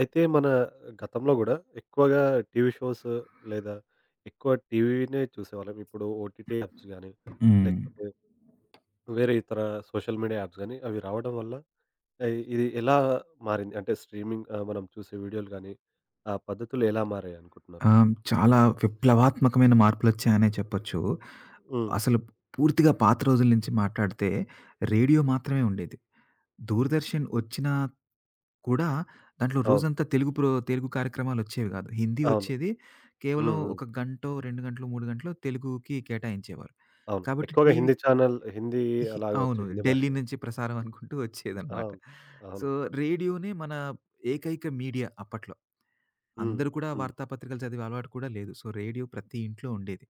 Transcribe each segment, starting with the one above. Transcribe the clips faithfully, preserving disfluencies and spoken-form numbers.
అయితే మన గతంలో గూడా ఎక్కువగా టీవీ షోస్ లేదా ఎక్కువ టీవీనే చూసేవాళ్ళం. ఇప్పుడు ఓటీటీ యాప్స్ గానీ, హ్మ్. లేకపోతే వేరే ఇతర సోషల్ మీడియా యాప్స్ గానీ అవి రావడం వల్ల ఆహ్, ఇది ఎలా మారింది? అంటే స్ట్రీమింగ్, ఆహ్, మనం చూసే వీడియోలు గానీ, ఆ పద్ధతులు ఎలా మారాయి అనుకుంటున్నారు మీరు? ఆహ్, చాలా విప్లవాత్మకమైన మార్పులొచ్చాయనే చెప్పొచ్చు. హ్మ్. అసలు పూర్తిగా పాత రోజుల నుంచి మాట్లాడితే రేడియో మాత్రమే ఉండేది. దూరదర్శన్ ఒచ్చినా కూడా దాంట్లో అవును. రోజంతా తెలుగు ప్రో తెలుగు కార్యక్రమాలొచ్చేవి గాదు. హిందీ అవును. ఒచ్చేది. హ్మ్. కేవలం హ్మ్. ఒక గంటో, రెండు గంటలో, మూడు గంటలో తెలుగుకి కేటాయించేవారు. అవును. కాబట్టి ఎక్కువగా టీవీ హిందీ ఛానెల్, హిందీ హి అలాగ అవును. వచ్చాయి. హిందీ భాష. ఢిల్లీ నుంచి ప్రసారం అనుకుంటూ ఒచ్చేదనమాట. అవును. సో, అవును. రేడియోనే మన ఏకైక మీడియా అప్పట్లో. హ్మ్. అందరూ కూడా హ్మ్. వార్తాపత్రికలు చదివే అలవాటు కూడా లేదు. సో, రేడియో ప్రతి ఇంట్లో ఉండేది.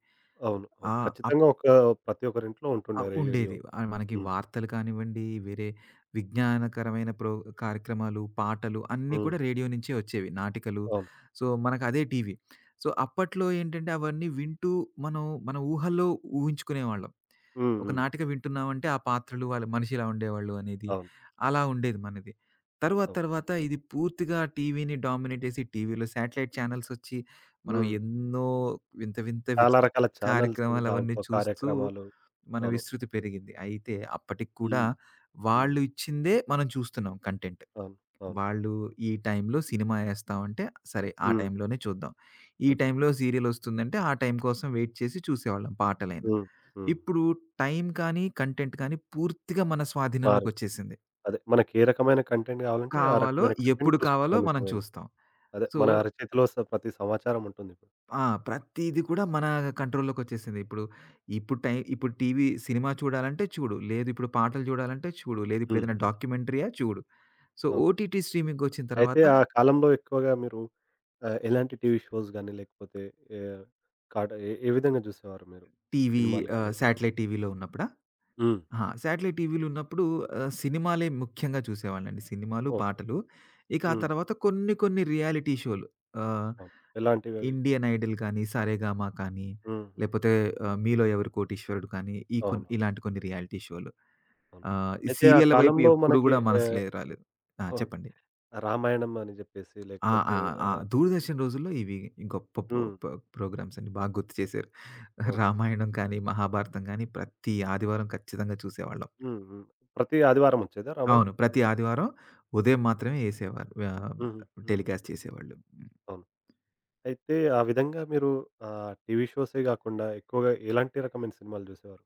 అవును. అవును. ఆహ్, అప్ ఖచ్చితంగా ఒక ప్రతి ఒక్కరింట్లో ఆహ్, ఉంటుండే రేడియో. ఉండేది. ఆహ్, మనకి హ్మ్. వార్తలు కానివ్వండి, వేరే విజ్ఞానకరమైన ప్రో కార్యక్రమాలు, పాటలు అన్నీ హ్మ్. కూడా రేడియో నుంచే వచ్చేవి. నాటికలు. అవును. So, మనకదే TV. సో, అప్పట్లో ఏంటంటే అవన్నీ వింటూ మనం మన ఊహల్లో ఊహించుకునేవాళ్ళం. హ్మ్. ఒక హ్మ్. నాటిక వింటున్నామంటే ఆ పాత్రలు, వాళ్ళ మనిషి ఇలా ఉండేవాళ్ళు అనేది, అవును. అలా ఉండేది మనది. తరువాత, అవును. తరువాత ఇది పూర్తిగా టీవీని డామినేట్ చేసి, టీవీలో శాటిలైట్ ఛానెల్సొచ్చి, మనం హ్మ్. ఎన్నో వింత, వింత విచి చాలా రకాల ఛానెల్స్ కార్యక్రమాలవన్నీ దాంట్లో చూస్తూ కార్యక్రమాలు. మన అవును. విస్తృతి పెరిగింది. అయితే అప్పటికి కూడా హ్మ్. హ్మ్. వాళ్ళు ఇచ్చిందే మనం చూస్తున్నాం కంటెంట్. అవును. అవును. వాళ్ళు ఈ టైంలో సినిమా యేస్తామంటే, సరే ఆ హ్మ్. టైంలోనే చూద్దాం. ఈ చూద్దాం. టైంలో సీరియలొస్తుందంటే, ఆ టైం కోసం వెయిట్ చేసి చూసేవాళ్ళం పాటలైనా. హ్మ్. హ్మ్. ఇప్పుడు టైం కానీ, కంటెంట్ కానీ పూర్తిగా మన మారు స్వాధీనంలోకొచ్చేసింది. అదే మనకే రకమైన కంటెంట్ కావాలంటే, ఆ కావాలో, రకమైన ఎప్పుడు కంటెంట్ కావాలో చూసుకుంటున్నాం ఈ మనం సమయంలో. చూస్తాం. అదే సో మన అరచేతిలో స ప్రతి సమాచారం ఉంటుందిప్పుడు. ఆ! ప్రతీది కూడా మన కంట్రోల్‌లోకొచ్చేసింది. ఇప్పుడు, ఇప్పుడు టై ఇప్పుడు టీవీ సినిమా చూడాలంటే చూడు. లేదు ఇప్పుడు పాటలు చూడాలంటే చూడు. లేదు హ్మ్. ఇప్పుడేదైనా హ్మ్. డాక్యుమెంటరీయా చూడు. సో అవును. ఓటీటీ స్ట్రీమింగొచ్చిన అయితే తర్వాత ఆ కాలంలో ఎక్కువగా మీరు ఆ, ఎలాంటి టీవీ షోస్ గాని, లేకపోతే ఏ కాట ఏ ఏ విధంగా జూసేవారు మీరు? టీవీ సినిమాలు ఆహ్, గాని. శాటిలైట్ టీవీలో ఉన్నప్పుడా? హ్మ్. అహా! శాటిలైట్ టీవీలు ఉన్నప్పుడు ఆహ్, సినిమాలే ముఖ్యంగా చూసేవాడినండి. సినిమాలు, ఓకే. పాటలు. ఇక ఆ హ్మ్. తర్వాత కొన్ని కొన్ని రియాలిటీ షోలు. ఆహ్ అవును. ఎలాంటివవి? 'ఇండియన్ ఐడల్' కానీ, 'సారేగామా' కానీ, హ్మ్. హ్మ్. లేపోతే ఆహ్, 'మీలో ఎవరు కోటీశ్వరుడు' కానీ, ఈ కొన్ అవును. అవును. ఇలాంటి కొన్ని రియాలిటీ షోలు. అవును. ఆహ్, ఈ అయితే ఆ సీరియల్ల వైపు కాలంలో ఎప్పుడు మనకి గూడా మనసు ఆహ్, లే రాలేదు. ఆ! ఓహ్, చెప్పండి. రామాయణం అని జెప్పేసి ఆ! లేకపోతే ఆ! ఆ! ఆహ్, దూరదర్శన్ రోజుల్లో ఇవి గొప్ప పో హ్మ్. పో ప్రోగ్రామ్స్ అండి. బాగా గుర్తు చేశారు. ఓకే. రామాయణం కానీ, మహాభారతం కానీ ప్రతి ఆదివారం ఖచ్చితంగా చూసేవాళ్ళం. హ్మ్. హ్మ్. ప్రతి ఆదివారం ఒచ్చేదా రామాయణం? అవును. ప్రతి ఆదివారం ఉదయం మాత్రమే ఏసేవారు. ఆహ్, హుహు. హుహు. టెలికాస్ట్ చేసేవాళ్ళు. అవును. అయితే ఆ విధంగా మీరు ఆహ్, టీవీ షోసే గాకుండా ఎక్కువగా ఎలాంటి రకమైన సినిమాలు జూసేవారు?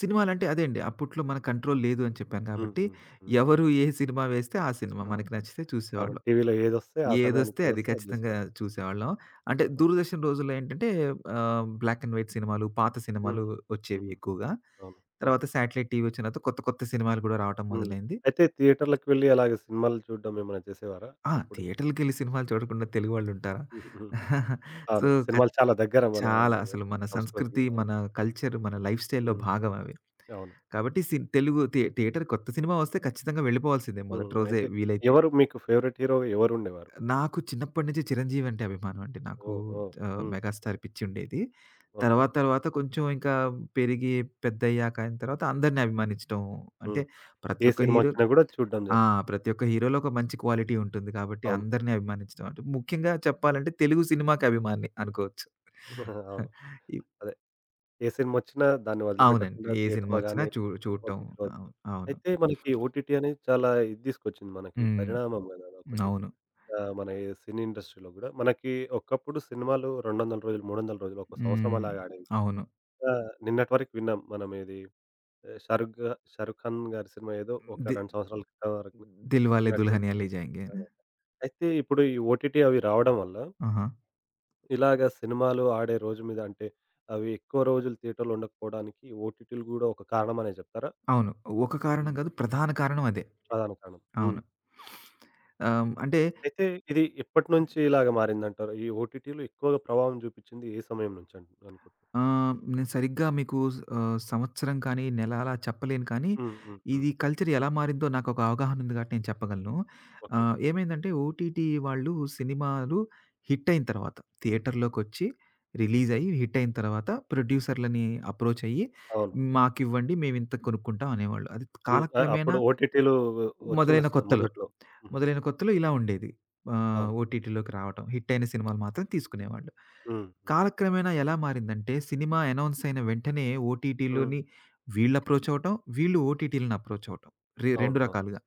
సినిమాలంటే అదే అండి. అప్పట్లో మన కంట్రోల్ లేదు అని చెప్పాను హ్మ్. కాబట్టి, హ్మ్. ఎవరు ఏ సినిమా వేస్తే ఆ సినిమా. హ్మ్. మనకి నచ్చితే అవును. చూసేవాళ్ళం. టీవీలో ఏదొస్తే, ఆ సమయానికి ఏదొస్తే అది ఏదొస్తే అది ఖచ్చితంగా జూసేవారు. చూసేవాళ్ళం. అంటే దూరదర్శన్ రోజుల్లో ఏంటంటే ఆహ్, బ్లాక్ అండ్ వైట్ సినిమాలు, పాత సినిమాలు హ్మ్. వచ్చేవి హ్మ్. ఎక్కువగా. అవును. అవును. తర్వాత శాటిలైట్ టీవీ వచ్చిన తర్వాత కొత్త కొత్త సినిమాలు కూడా రావటం హ్మ్. మొదలైంది. అయితే థియేటర్‌లకి వెళ్లి అలాగే సినిమాలు చూడడం ఏమైనా చేసేవారా ఆ! అప్పుడే? థియేటర్‌లకెళ్ళి సినిమాలు చూడకుండా తెలుగు వాళ్ళుంటారా? హ్మ్. హ్మ్. సో, అవును. ఖ సినిమాలు చాలా దగ్గర మన చాలా అసలు మన సంస్కృతికి. సంస్కృతి, అవును. మన కల్చర్, మన లైఫ్ స్టైల్‌లో హ్మ్. భాగం అవి. అవును. కాబట్టి సిన్ తెలుగు థి థియేటర్ కొత్త సినిమా వస్తే ఖచ్చితంగా వెళ్ళిపోవాల్సిందే మొదటి హ్మ్. రోజే అయితే వీలైతే. ఎవరు మీకు ఫేవరెట్ హీరో ఎవరుండేవారు? నాకు చిన్నప్పటి నుంచి 'చిరంజీవి' అంటే అభిమానం అండి. నాకు ఓహ్! ఓహ్! ఆహ్, హ్మ్. 'మెగాస్టార్' పిచ్చుండేది. ఓకే. తర్వాత తర్వాత కొంచెం ఇంకా పెరిగి పెద్దయ్యాక అయిన తర్వాత అందరిని అభిమానించడం అంటే హ్మ్. ప్రతి ఏ ఒక్క హీరో సినిమొచ్చినా గూడా చూడడం ఆ! జరుగుతది. ప్రతి ఒక్క హీరోలో ఒక మంచి క్వాలిటీ ఉంటుంది కాబట్టి అవును. అందరిని అభిమానించడం. అంటే ముఖ్యంగా చెప్పాలంటే తెలుగు సినిమాకి అభిమాన్ని అనుకోవచ్చు. అవును. అదే. ఏ సినిమొచ్చినా దాన్ని అవునండి. వదిలిపెట్టకుండా ఏ సినిమా థియేటర్‌లో వచ్చినా గాని చూ చూడటం. ఓటీటీలో వచ్చిన. అవును. అవును. అయితే మనకి ఓటీటీ అనేది చాలా ఇది తీసుకొచ్చింది మనకి, హ్మ్. పరిణామం గదా, అదొకటి. అవును. ఆహ్, మన ఈ సినీ ఇండస్ట్రీలో గూడా మనకి ఒకప్పుడు సినిమాలు రెండు వందల రోజులు, మూడు వందల రోజులు, ఒక సంవత్సరం హ్మ్. అలాగా ఆడేవి. అవును. ఆ! నిన్నటి వరకు విన్నాం మనం ఇది. ఆహ్, షారుఖ్ గా 'షారుఖ్ ఖాన్' గారి సినిమా ఏదో ఒక ది రెండు సంవత్సరాల క్రితం వరకు 'దిల్‌వాలే నడిచింది. దుల్హనియా లే జాయేంగేనా?' అవును. అయితే ఇప్పుడు ఈ ఓటీటీ అవి రావడం వల్ల ఆహా! ఇలాగ సినిమాలు ఆడే రోజు మీద అంటే అవి ఎక్కువ రోజులు థియేటర్‌లో ఉండకపోవడానికి ఓటీటీలు గూడా ఒక కారణమనే జెప్తారా? అవును. ఒక కారణం హ్మ్. కాదు, ప్రధాన కారణం అదే. ప్రధాన కారణం. హ్మ్. అవును. ఆహ్, అంటే అయితే ఇది ఎప్పటినుంచి ఇలాగ మారిందంటారు? ఈ ఓటీటీలు ఎక్కువగా ప్రభావం చూపించింది ఏ సమయం నుంచి అన్ అనుకుంటున్నారు? ఆహ్, నేను సరిగ్గా మీకు స్ ఆహ్, సంవత్సరం కానీ, నెల అలా చెప్పలేను కానీ, హ్మ్. హ్మ్. హ్మ్. ఇది కల్చర్ ఎలా మారిందో నాకొక అవగాహన ఉంది కాబట్టి నేను చెప్పగలను. ఓకే. ఆహ్, ఏమైందంటే ఓటీటీ వాళ్ళు సినిమాలు హిట్ అయిన తర్వాత థియేటర్‌లోకొచ్చి రిలీజ్ అయ్యి, హిట్ అయిన తర్వాత ప్రొడ్యూసర్‌లని అప్రోచ్ అయ్యి, అవును. "మాకివ్వండి మేమింతకు కొనుక్కుంటాం" అనేవాళ్ళు. అది హ్మ్. అ కాలక్రమేణా అప్పుడు ఓటీటీలు వచ్చిన మొదలైన స కొత్తలో. మొదట్లో. హుహు. మొదలైన కొత్తలో ఇలా ఉండేది. ఆహ్, అవును. ఓటీటీలోకి రావటం. హిట్ అయిన సినిమాలు మాత్రం తీసుకునేవాళ్ళు. హ్మ్. హ్మ్. కాలక్రమేణా ఎలా మారిందంటే సినిమా అనౌన్స్ అయిన వెంటనే హ్మ్. ఓటీటీలోని వీళ్ళు అప్రోచ్ అవ్వటం, వీళ్ళు ఓటీటీలని అప్రోచ్ అవ్వటం. రె అవును. రెండు అవును. రకాలుగా.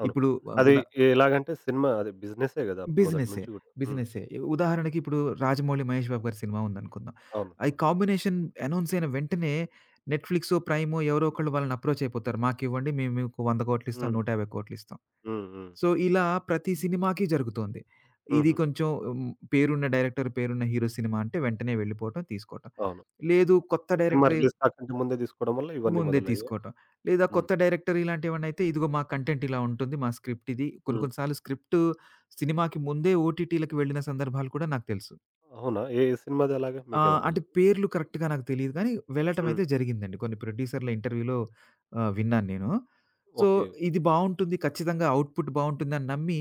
అవును. ఇప్పుడు ఆహ్, అది ఉదా ఎలాగంటే, సినిమా అది బిజినెసే గదా, మొదటి బిజినెస్సే. నుంచి గూడా. హ్మ్. బిజినెస్సే. ఉదాహరణకి ఇప్పుడు 'రాజమౌళి', 'మహేష్ బాబు' గారి సినిమా ఉందనుకుందాం. అవును. ఈ అవును. కాంబినేషన్ అనౌన్స్ అయిన వెంటనే నెట్‌ఫ్లిక్సో, ప్రైమో ఎవరో ఒకళ్ళు వాళ్ళని అప్రోచ్ అయిపోతారు. మాకివ్వండి మేము మీకు వంద కోట్లు ఇస్తాం, హ్మ్. నూట యాభై కోట్లు ఇస్తాం. హ్మ్. హ్మ్. సో, ఇలా ప్రతి సినిమాకి జరుగుతోంది. ఇది హుహు. కొంచెం హ్మ్, పేరున్న డైరెక్టర్, పేరున్న హీరో సినిమా అంటే వెంటనే వెళ్ళిపోవటం, తీసుకోవటం. అవును. లేదు కొత్త సినిమా డైరెక్టరే రిలీజ్ కాకంటే ముందే తీసుకోవడం వల్ల ఇవన్నీ ముందే మొదలయ్యాయి. తీసుకోవటం. లేదా హ్మ్. కొత్త డైరెక్టర్ ఇలాంటివేవన్నయితే ఇదిగో మా కంటెంట్ ఇలా ఉంటుంది. మా స్క్రిప్ట్ ఇది. కొన్ని హ్మ్. కొన్ని సార్లు స్క్రిప్ట్ సినిమాకి ముందే ఓటీటీలకి వెళ్ళిన సందర్భాలు కూడా నాకు తెలుసు. అవునా? ఏ ఏ సినిమాది అలాగా ఆ! మీకేమైనా అంటే తెలుసా? పేర్లు కరెక్ట్‌గా నాకు తెలీదు కానీ, హ్మ్. వెళ్ళటమైతే జరిగిందండి. కొన్ని ప్రొడ్యూసర్‌ల ఇంటర్వ్యూలో ఆహ్, విన్నాను నేను. So, okay. ఇది బావుంటుంది, ఖచ్చితంగా అవుట్‌పుట్ బావుంటుందని నమ్మి,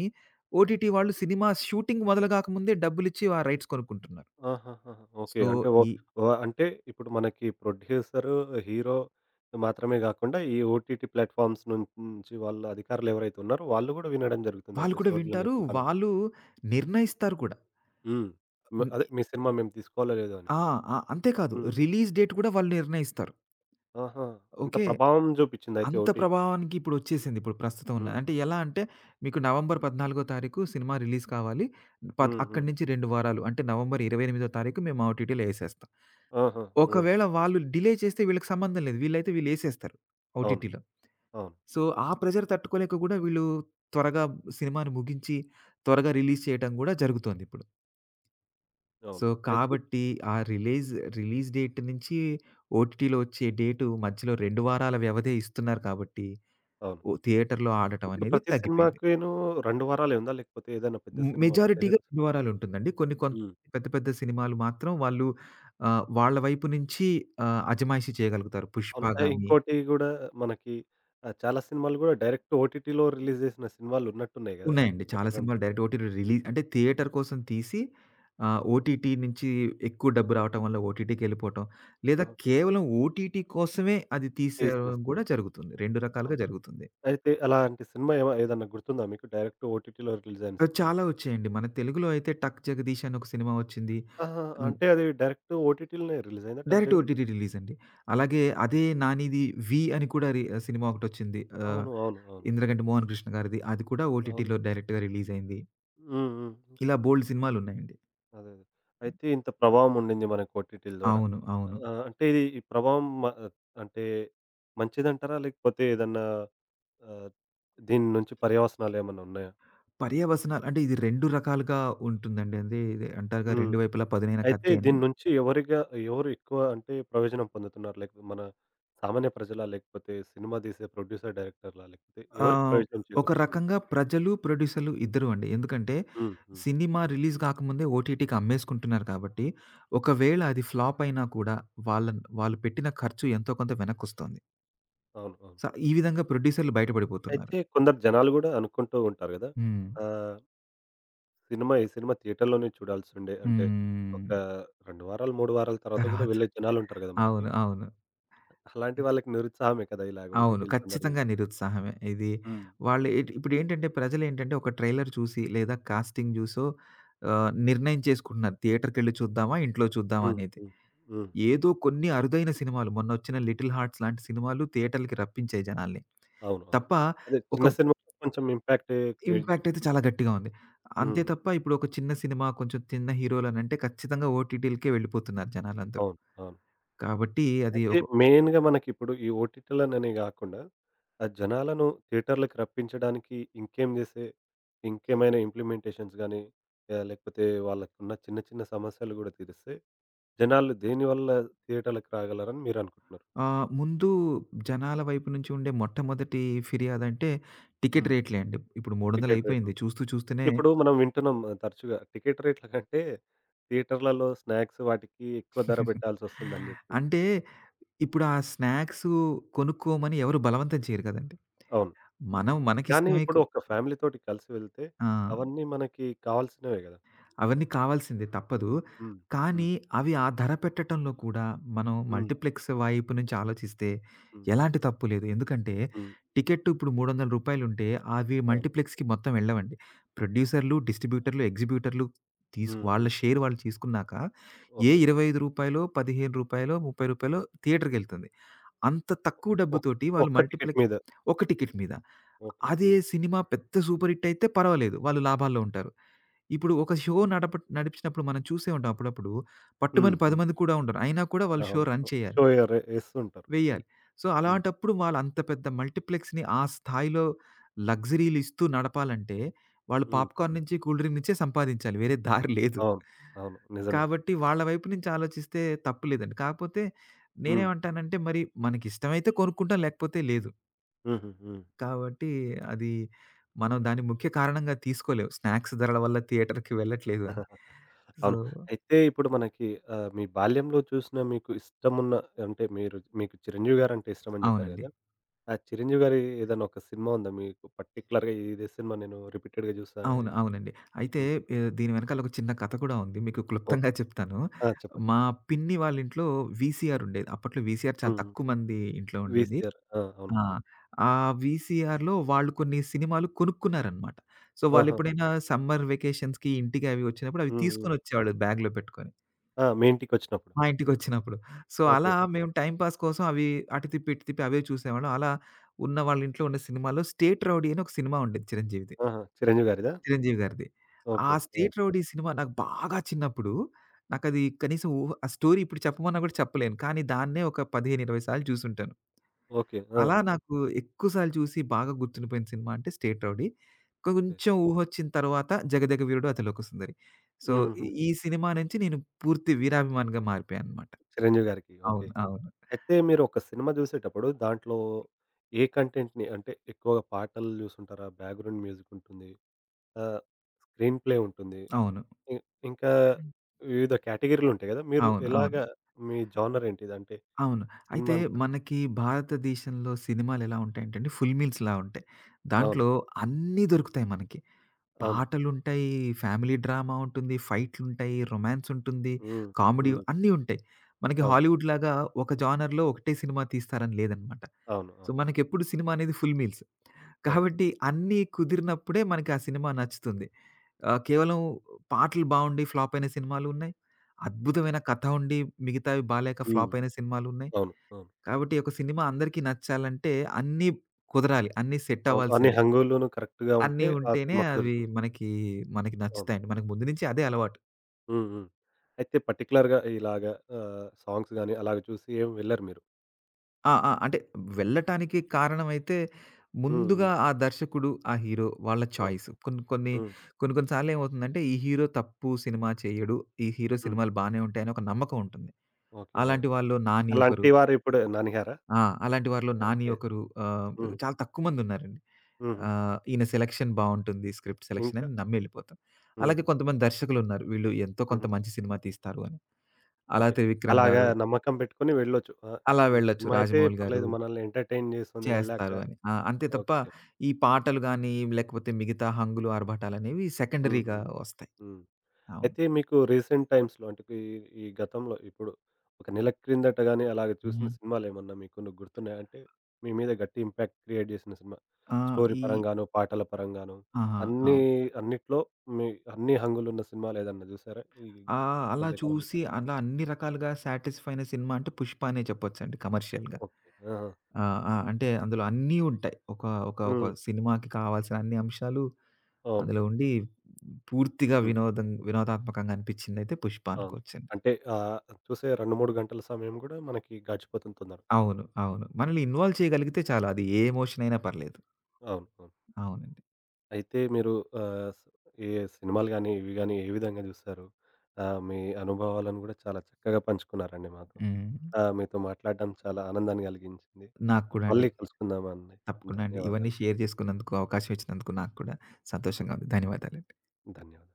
ఓటీటీ వాళ్ళు సినిమా షూటింగ్ మొదలుగాక ముందే డబ్బులిచ్చి ఆ రైట్స్ కొనుక్కుంటున్నారు. ఆహాహాహా! ఓకే. సో, అంటే ఓ. ఈ ఓహ్! అంటే ఇప్పుడు మనకి ప్రొడ్యూసరు, హీరో మాత్రమే గాకుండా ఈ ఓటీటీ ప్లాట్‌ఫార్మ్స్ నుం నుంచి వాళ్ళ అధికారులు ఎవరైతే ఉన్నారో వాళ్ళు గూడా వినడం వాళ్ళు జరుగుతుందయితే కూడా స్టోరీలని వింటారు. ఇప్పటి కాలం. వాళ్ళు నిర్ణయిస్తారు కూడా. హ్మ్. మ హ్మ్. అదే మీ సినిమా మేము తీసుకోవాలో లేదో అని. ఆ! ఆ! అంతే కాదు హ్మ్. రిలీజ్ డేట్ కూడా వాళ్ళు నిర్ణయిస్తారు. ఆహా! ఇంత ఓకే. ప్రభావం జూపిచ్చిందయితే అంత ఓటీ. ప్రభావానికి ఇప్పుడొచ్చేసింది. ఇప్పుడు ప్రస్తుతం ఉన్న హ్మ్. అంటే ఎలా అంటే మీకు నవంబర్ పద్నాలుగు తారీఖు సినిమా రిలీజ్ కావాలి. పద్ హ్మ్. అక్కడి హ్మ్. నుంచి రెండు వారాలు అంటే నవంబర్ ఇరవై ఎనిమిది తారీఖు మేము ఓటీటీలో యేసేస్తాం. ఆహా! హ్మ్. ఒకవేళ వాళ్ళు డిలే చేస్తే వీళ్ళకి సంబంధం లేదు. వీళ్ళైతే వీళ్ళేసేస్తారు అవును. ఓటీటీలో. అవును. సో, ఆ ప్రెషర్ తట్టుకోలేక గూడా వీళ్ళు త్వరగా సినిమాని ముగించి త్వరగా రిలీజ్ చేయటం గూడా జరుగుతోందిప్పుడు. అవును. సో, అయితే కాబట్టి ఆ రిలీజ్ రిలీజ్ డేట్ నుంచి ఓటీటీలో వచ్చే డేటు మధ్యలో రెండు వారాల వ్యవధే ఇస్తున్నారు కాబట్టి అవును. ఓ థియేటర్‌లో ఆడటం ఇప్పుడు అనేది ప్రతి తగ్గిపోయింది. సినిమాకిను రెండు వారాలే ఉందా? లేకపోతే ఏదైనా పెద్ద హ్మ్. సినిమా, పెద్ద మెజారిటీగా హీరో. శనివారాలుంటుందండి. కొన్ని కొంత హ్మ్. పెద్ద పెద్ద సినిమాలు మాత్రం వాళ్ళు ఆహ్, వాళ్ళ వైపు నుంచి ఆహ్, అజమాయిషీ చేయగలుగుతారు. అవును. 'పుష్ప' ఆహ్, గాని ఇంకోటి గూడా మనకి ఆహ్, చాలా సినిమాలు గూడా డైరెక్ట్ ఓటీటీలో రిలీజ్ జేసిన సినిమాలున్నట్టున్నాయి గదా! ఉన్నాయండి. చాలా ఒకటి, రెండు. సినిమాలు డైరెక్ట్ ఓటీటీ రిలీజ్ అంటే థియేటర్ కోసం తీసి ఆహ్, ఓటీటీ నుంచి ఎక్కువ డబ్బు రావటం వల్ల ఓటీటీకెళ్ళిపోవటం. లేదా ఆహా! కేవలం ఓటీటీ కోసమే అది తీసిన తీసేయడం సినిమా. కూడా జరుగుతుంది. రెండు రకాలుగా అవును. జరుగుతుంది. అయితే అలాంటి సినిమా ఏమ ఏదన్నా గుర్తుందా మీకు? డైరెక్ట్ ఓటీటీలో రిలీజ్ అయిన ఆహ్, సినిమాలు. చాలా వచ్చాయండి. మన తెలుగులో అయితే 'టక్ జగదీష్' అని ఒక సినిమా వచ్చింది. ఆహా! అంటే అది డైరెక్ట్ ఓటీటీలోనే రిలీజ్ అయిందా 'టక్ డైరెక్ట్ జగదీప్'? ఓటీటీ రిలీజండి. అలాగే అదే 'నానిది వీ' అని కూడా రి సినిమా ఒకటొచ్చింది. ఆహ్, అవును. అవును. అవును. 'ఇంద్రగంటి మోహన్ కృష్ణ' గారిది. అది కూడా అవును. ఓటీటీలో డైరెక్ట్‌గా రిలీజయింది. హ్మ్. హ్మ్. ఇలా బోలెడు సినిమాలున్నాయండి. అదే. అదే. అయితే ఇంత ప్రభావం ఉండింది మనకు ఓటీటీల ద్వారా. అవును. అవును. ఆహ్, అంటే ఇది ఈ ప్రభావం మ అంటే మంచిదంటారా? లేకపోతే ఏదన్నా ఆహ్, దీని నుంచి పర్యవసనాలేమన్నా ఉన్నాయా? పర్యవసనాలు అంటే ఇది రెండు రకాలుగా ఉంటుందండి. అదే ఇది అంటారుగా హ్మ్. రెండు వైపులా పదునైన అయితే కత్తి అని. దీని నుంచి ఎవరిగా ఎవరు ఎక్కువ అంటే ప్రయోజనం పొందుతున్నారు? లేకపోతే మన సామాన్య ప్రజలా? లేకపోతే సినిమా తీసే ప్రొడ్యూసర్, డైరెక్టర్‌లా? లేకపోతే ఎవరికి ఆహ్, ప్రయోజనం ఒక చేకూరుతుంది? రకంగా ప్రజలు, ప్రొడ్యూసర్‌లు ఇద్దరూ అండి. ఎందుకంటే హ్మ్. హ్మ్. సినిమా రిలీజ్ కాకముందే ఓటీటీకి అమ్మేసుకుంటున్నారు కాబట్టి, ఒకవేళ అది ఫ్లాప్ అయినా కూడా వాళ్ళన్ వాళ్ళు పెట్టిన ఖర్చు ఎంతో కొంత వెనక్కొస్తోంది. అవును. అవును. స ఈ విధంగా ప్రొడ్యూసర్‌లు బయట పడిపోతున్నారు. అయితే కొందరు జనాలు గూడా అనుకుంటూ ఉంటారు గదా! హ్మ్. ఆహ్, సినిమా ఈ సినిమా థియేటర్‌లోనే చూడాల్సుండే అంటే హ్మ్. ఒక రెండు వారాలు, మూడు వారాల తర్వాత గూడా తర్వాత వెళ్ళే జనాలుంటారు గదా మనకి. అవును. అవును. అలాంటి వాళ్ళకి నిరుత్సాహమే కదా, ఇలాగ అవును. ఓటీటీలు తొందరగా ఖచ్చితంగా తీసుకుంటే. నిరుత్సాహమే. ఇది హ్మ్. వాళ్ళు ఇ ఇప్పుడేంటంటే ప్రజలేంటంటే ఒక ట్రైలర్ చూసి లేదా కాస్టింగ్ జూసో ఆహ్, నిర్ణయం చేసుకుంటున్నారు. థియేటర్‌కెళ్ళి చూద్దామా? ఇంట్లో చూద్దామా? హ్మ్. అనేది. హ్మ్. హ్మ్. ఏదో కొన్ని అరుదైన సినిమాలు మొన్నొచ్చిన 'లిటిల్ హార్ట్స్' లాంటి సినిమాలు థియేటర్‌లకి రప్పించాయి జనాల్ని. అవును. అవును. తప్ప అదే ఒక చిన్న సినిమాకి కొంచెం ఇంపాక్ట్ క్రియేట్. ఇంపాక్ట్ అయితే చాలా గట్టిగా ఉంది. అంతే హ్మ్. తప్ప ఇప్పుడు ఒక చిన్న సినిమా కొంచెం చిన్న హీరోలనంటే ఖచ్చితంగా ఓటీటీలకే వెళ్ళిపోతున్నారు జనాలందరూ. అవును. అవును. కాబట్టి అది అయితే ఒక మెయిన్‌గా మనకిప్పుడు ఈ ఓటీటీలననే గాకుండా ఆ జనాలను థియేటర్‌లకి రప్పించడానికి ఇంకేం జేసే ఇంకేమైనా ఇంప్లిమెంటేషన్స్ గానీ ఆహ్, లేకపోతే వాళ్ళకున్న చిన్న చిన్న సమస్యలు గూడా తీరిస్తే జనాలు దేనివల్ల థియేటర్‌లకి రాగలరని మీరనుకుంటున్నారు? ఆహ్, ముందు జనాల వైపు నుంచి ఉండే మొట్టమొదటి ఫిర్యాదంటే టికెట్ హ్మ్. రేట్లే అండి. ఇప్పుడు మూడు వందలు టికెట్ రేట్లు. అయిపోయింది. చూస్తూ చూస్తూనే ఇప్పుడు మనం వింటున్నాం ఆ, తరచుగా టికెట్ రేట్ల కంటే థియేటర్‌లలో స్నాక్స్ వాటికి ఎక్కువ ధర పెట్టాల్సొస్తుందని జెప్పి. అంటే ఇప్పుడు ఆ స్నాక్సు కొనుక్కోమని ఎవరు బలవంతం చేయరు కదండీ. అవును. మనం కానీ మనకిష్టమై ఇప్పుడు కొ ఒక ఫ్యామిలీతోటి కలిసి వెళ్తే ఆ! అవన్నీ మనకి కావాల్సినవే గదా! అవన్నీ కావాల్సిందే తప్పదు. హ్మ్. కానీ హ్మ్. అవి ఆ ధర పెట్టటంలో కూడా మనం హ్మ్. మల్టీప్లెక్స్ వైపు నుంచి ఆలోచిస్తే హ్మ్. ఎలాంటి తప్పు లేదు. ఎందుకంటే హ్మ్. టికెట్ ఇప్పుడు రూ. మూడు వందలు అవి అవును. మల్టీప్లెక్స్‌కి మొత్తం వెళ్ళవండి. ప్రొడ్యూసర్‌లు, డిస్ట్రిబ్యూటర్‌లు, ఎగ్జిబ్యూటర్‌లు తీస్ హ్మ్. వాళ్ళ హ్మ్. షేర్ వాళ్ళు తీసుకున్నాక ఏ రూ. ఓకే. ఇరవై ఐదు రూ. పదిహేను రూ. ముప్పై థియేటర్‌కెళ్తుంది. అంత తక్కువ ఒక్ డబ్బుతోటి వాళ్ళు ఒక్క టికెట్ మల్టీప్లెక్స్ మీద. ఒక టికెట్ మీద. ఓకే. అదే హ్మ్. సినిమా పెద్ద సూపర్ హిట్ అయితే పర్వాలేదు. వాళ్ళు లాభాల్లో ఉంటారు. ఇప్పుడు ఒక షో నడప నడిపించినప్పుడు మనం చూసే ఉంటాం అప్పుడప్పుడు. హ్మ్. పట్టుమని పది హ్మ్. మంది కూడా ఉండరు. అయినా కూడా వాళ్ళు షో అవును. రన్ చేయాలి. షో ఎర ఎస్తుంటారు. వెయ్యాలి. సో, హ్మ్. అలాంటప్పుడు వాళ్ళు అంత పెద్ద మల్టీప్లెక్స్‌ని ఆ స్థాయిలో లగ్జరీలు ఇస్తూ నడపాలంటే, వాళ్ళు పాప్‌కార్న్ హుహు. నుంచి, కూల్ డ్రింక్ నుంచే సంపాదించాలి. వేరే దారి లేదు. అవును. అవును. నిజమే. కాబట్టి వాళ్ళ వైపు నుంచి ఆలోచిస్తే తప్పు లేదండి. కాకపోతే హ్మ్. నేనేమంటానంటే, మరి మనకిష్టమైతే కొనుక్కుంటాం లేకపోతే లేదు. హుహు. హ్మ్. కాబట్టి అది మనం దాన్ని ముఖ్య కారణంగా తీసుకోలేం. స్నాక్స్ ధరల వల్ల థియేటర్‌కి వెళ్ళట్లేదు అని. సో అవును. అయితే ఇప్పుడు మనకి ఆహ్, మీ బాల్యంలో చూసిన మీకు ఇష్టమున్న, అంటే మీరు మీకు 'చిరంజీవి' గారంటే ఇష్టమని జెప్పారు అవునండి. గదా! ఆ 'చిరంజీవి' గారి ఏదైనా ఒక సినిమా ఉందా మీకు, పర్టిక్యులర్‌గా ఇదే సినిమా నేను రిపీటెడ్‌గా జూస్తానని? అవును. అవునండి. అయితే హ్మ్. ఆహ్, దీని వెనకాల ఒక చిన్న కథ కూడా ఉంది. మీకు ఓకే. క్లుప్తంగా చెప్తాను. ఆ! చెప్పండి. మా పిన్ని వాళ్ళ ఇంట్లో వీసీఆర్ ఉండేది. అప్పట్లో వీసీఆర్ చాలా హ్మ్. హ్మ్. తక్కువ మంది ఇంట్లో ఉండేది. వీసీఆర్. ఆ! అవును. ఆ! ఆ వీసీఆర్‌లో వాళ్ళు కొన్ని సినిమాలు కొనుక్కున్నారనమాట. సో, ఆహా! వాళ్ళెప్పుడైనా సమ్మర్ వెకేషన్స్‌కి ఇంటికి అవి వచ్చినప్పుడు అవి హ్మ్. హ్మ్. తీసుకొనొచ్చేవాళ్ళు బ్యాగ్‌లో పెట్టుకొని. ఆ! మీ ఇంటికొచ్చినప్పుడు. మా ఇంటికొచ్చినప్పుడు. సో, అలా ఓకే. మేము టైమ్ పాస్ కోసం అవి అటు తిప్పి, ఇటు తిప్పి అవే చూసేవాళ్ళం. అలా ఉన్న వాళ్ళ ఇంట్లో ఉన్న సినిమాలో 'స్టేట్ రౌడీ' అని ఒక సినిమా ఉండేది చిరంజీవిది. ఆహా! చిరంజీవి గారిదా? చిరంజీవి గారిది. ఆ ఓకే. ఆ! 'స్టేట్ రౌడీ' సినిమా నాకు బాగా చిన్నప్పుడు నాకది కనీసం ఊహ ఆ స్టోరీ ఇప్పుడు చెప్పమన్నా కూడా చెప్పలేను. కానీ దాన్నే ఒక పదిహేను, ఇరవై సార్లు చూసుంటాను. ఓకే. ఆ! అలా నాకు ఎక్కువ సార్లు చూసి బాగా గుర్తుండిపోయిన సినిమా అంటే 'స్టేట్ రౌడీ'. ఓకే. కొంచెం ఊహొచ్చిన తర్వాత 'జగదగ వీరుడు అతిలోక సుందరి.' సో, హుహుహు. ఈ సినిమా నుంచి నేను పూర్తి వీరాభిమానిగా మారిపోయాననమాట. చిరంజీవి గారికి. ఓకే. అవును. అవును. అయితే మీరు ఒక సినిమా జూసేటప్పుడు దాంట్లో ఏ కంటెంట్‌ని, అంటే ఎక్కువగా పాటలు జూసుంటారా? బ్యాక్‌గ్రౌండ్ మ్యూజిక్ ఉంటుంది. ఆహ్, స్క్రీన్ ప్లే ఉంటుంది. అవును. ఇ ఇంకా వివిధ కేటగిరీలు ఉంటాయి గదా! మీరు అవును. అవును. ఎలాగా, మీ జోనర్ ఏంటిది? అంటే అవును. అయితే సినిమాని చూడడం. మనకి భారతదేశంలో సినిమాలెలా ఉంటాయంటే అండి, ఫుల్ మీల్స్‌లా ఉంటాయి. అవును. దాంట్లో అన్నీ దొరుకుతాయి మనకి. అవును. పాటలుంటాయి, ఫ్యామిలీ డ్రామా ఉంటుంది, ఫైట్లుంటాయి, రొమాన్సుంటుంది, హ్మ్. కామెడీ హ్మ్. అన్నీ ఉంటాయి. మనకి అవును. హాలీవుడ్‌లాగా ఒక జానర్‌లో ఒకటే సినిమా తీస్తారని లేదనమాట. అవును. సో, అవును. మనకెప్పుడు సినిమా అనేది ఫుల్ మీల్స్. అవును. కాబట్టి అన్నీ కుదిరినప్పుడే మనకి ఆ సినిమా నచ్చుతుంది. ఆహ్, కేవలం పాటలు బావుండి ఫ్లాప్ అయిన సినిమాలున్నాయి. అద్భుతమైన కథ ఉండి మిగతావి బాలేక హ్మ్. ఫ్లాప్ అయిన సినిమాలున్నాయి. అవును. అవును. కాబట్టి ఒక సినిమా అందరికీ నచ్చాలంటే అన్నీ కుదరాలి. అన్నీ సెట్ అవును. అన్ని అవ్వాల్సిందే. హంగుల్లోనూ కరెక్ట్‌గా అన్నీ ఉంటే ఆ ఉంటేనే సినిమా అవి కుదురుతుంది. మనకి, మనకి అవును. నచ్చుతాయండి. మనకు ముందు నుంచి అదే అలవాటు. హ్మ్. హ్మ్. అయితే పర్టిక్యులర్‌గా ఇలాగ ఆహ్, సాంగ్స్ గాని అలాగ చూసి ఏమి వెళ్లరు మీరు. ఆ! ఆ! అంటే వెళ్ళటానికి కారణమైతే హ్మ్. ముందుగా హ్మ్. ఆ దర్శకుడు, ఆ హీరో వాళ్ళ చాయిస్. ఓకే. కొన్ని కొన్ని, హ్మ్. కొన్ని కొన్ని సార్లు ఏమవుతుందంటే ఈ హీరో తప్పు సినిమా చేయడు. ఈ హీరో హ్మ్. సినిమాలు బానే ఉంటాయని ఒక నమ్మకం ఉంటుంది. ఓకే. ఆ! అలాంటి వాళ్ళు 'నాని' ఒకరు. అలాంటి వారు ఇప్పుడు 'నానిగారా'? ఆ! అలాంటి వారిలో 'నాని' ఓకే. ఒకరు. ఆహ్, హ్మ్. చాలా తక్కువ మందున్నారండి. హుహు. ఆహ్, ఈయన సెలక్షన్ బావుంటుంది. స్క్రిప్ట్ సెలక్షన్ ఇంకా? అని నమ్మి ఎళ్ళిపోతాం. అలాగే హుహు. కొంతమంది దర్శకులున్నారు. వీళ్ళు ఎంతో కొంత హుహు. మంచి సినిమా తీస్తారు అని. 'అలా ఓకే. త్రివిక్రమ్' అలాగా గారు, నమ్మకం పెట్టుకొని వెళ్ళొచ్చు. ఆ! అలా హ్మ్. వెళ్ళొచ్చు. సినిమా అయితే 'రాజమౌళి' గారు పర్లేదు, మనల్ని ఎంటర్‌టైన్ చేస్తుంది వెళ్ళాక. చేస్తారు అని. ఆ! అంతే తప్ప ఓకే. ఈ పాటలు గాని, లేకపోతే మిగతా హంగులు, ఆర్భాటాలనేవి హ్మ్. సెకండరీగా హ్మ్. వస్తాయి. హ్మ్. అవును. అయితే మీకు రీసెంట్ టైమ్స్‌లో అంటే ఈ ఈ గతంలో ఇప్పుడు ఒక నెల క్రిందట గాని అలాగ చూసిన హుహు. సినిమాలేమన్నా మీకు ను గుర్తున్నాయా? అంటే మీ మీద గట్టి ఇంపాక్ట్ క్రియేట్ జేసిన సినిమా. ఆ! స్టోరీ ఈ పరంగాను, పాటల పరంగాను, ఆహా! అన్నీ, అవును. అన్నిట్లో మీ అన్ని హంగులున్న సినిమాలేదన్నా జూసారా ఈ ఆ! అలా మధ్య కాలంలో? చూసి అలా అన్ని రకాలుగా సాటిస్‌ఫై అయిన సినిమా అంటే 'పుష్ప' అనే చెప్పొచ్చండి కమర్షియల్‌గా. ఓకే. ఆహా! ఆ! ఆ! అంటే అందులో అన్నీ ఉంటాయి. ఒక ఒక ఒక హ్మ్. సినిమాకి కావాల్సిన అన్ని అంశాలు అవును. అందులో ఉండి పూర్తిగా హ్మ్. వినోదం వినోదాత్మకంగా అనిపించిందయితే 'పుష్ప' అవును. అనుకోవచ్చండి. అంటే ఆహ్, చూసే రెండు, మూడు గంటల సమయం గూడా మనకి గడిచిపోతుంది తొందరగా. అవును. అవును. మనల్ని ఇన్వాల్వ్ చేయగలిగితే చాలు. అది ఏ ఎమోషన్ అయినా పర్లేదు. అవును. అవును. అవునండి. అయితే మీరు ఆహ్, స్ ఏ సినిమాలు గాని, ఇవి గాని ఏ విధంగా జూస్తారు? ఆహ్, మీ అనుభవాలను గూడా చాలా చక్కగా పంచుకున్నారండి మాతో. హ్మ్. ఆహ్, మీతో మాట్లాడడం చాలా ఆనందాన్ని గలిగించింది. నాకు కూడా అండి. మళ్ళీ కలుసుకుందామండి. తప్పకుండా అండి. ఇవన్నీ ధన్యవాదాలు. షేర్ చేసుకున్నందుకు, అవకాశం ఇచ్చినందుకు నాకు కూడా హ్మ్. సంతోషంగా ఉంది. ధన్యవాదాలు. ధన్యవాదాలు.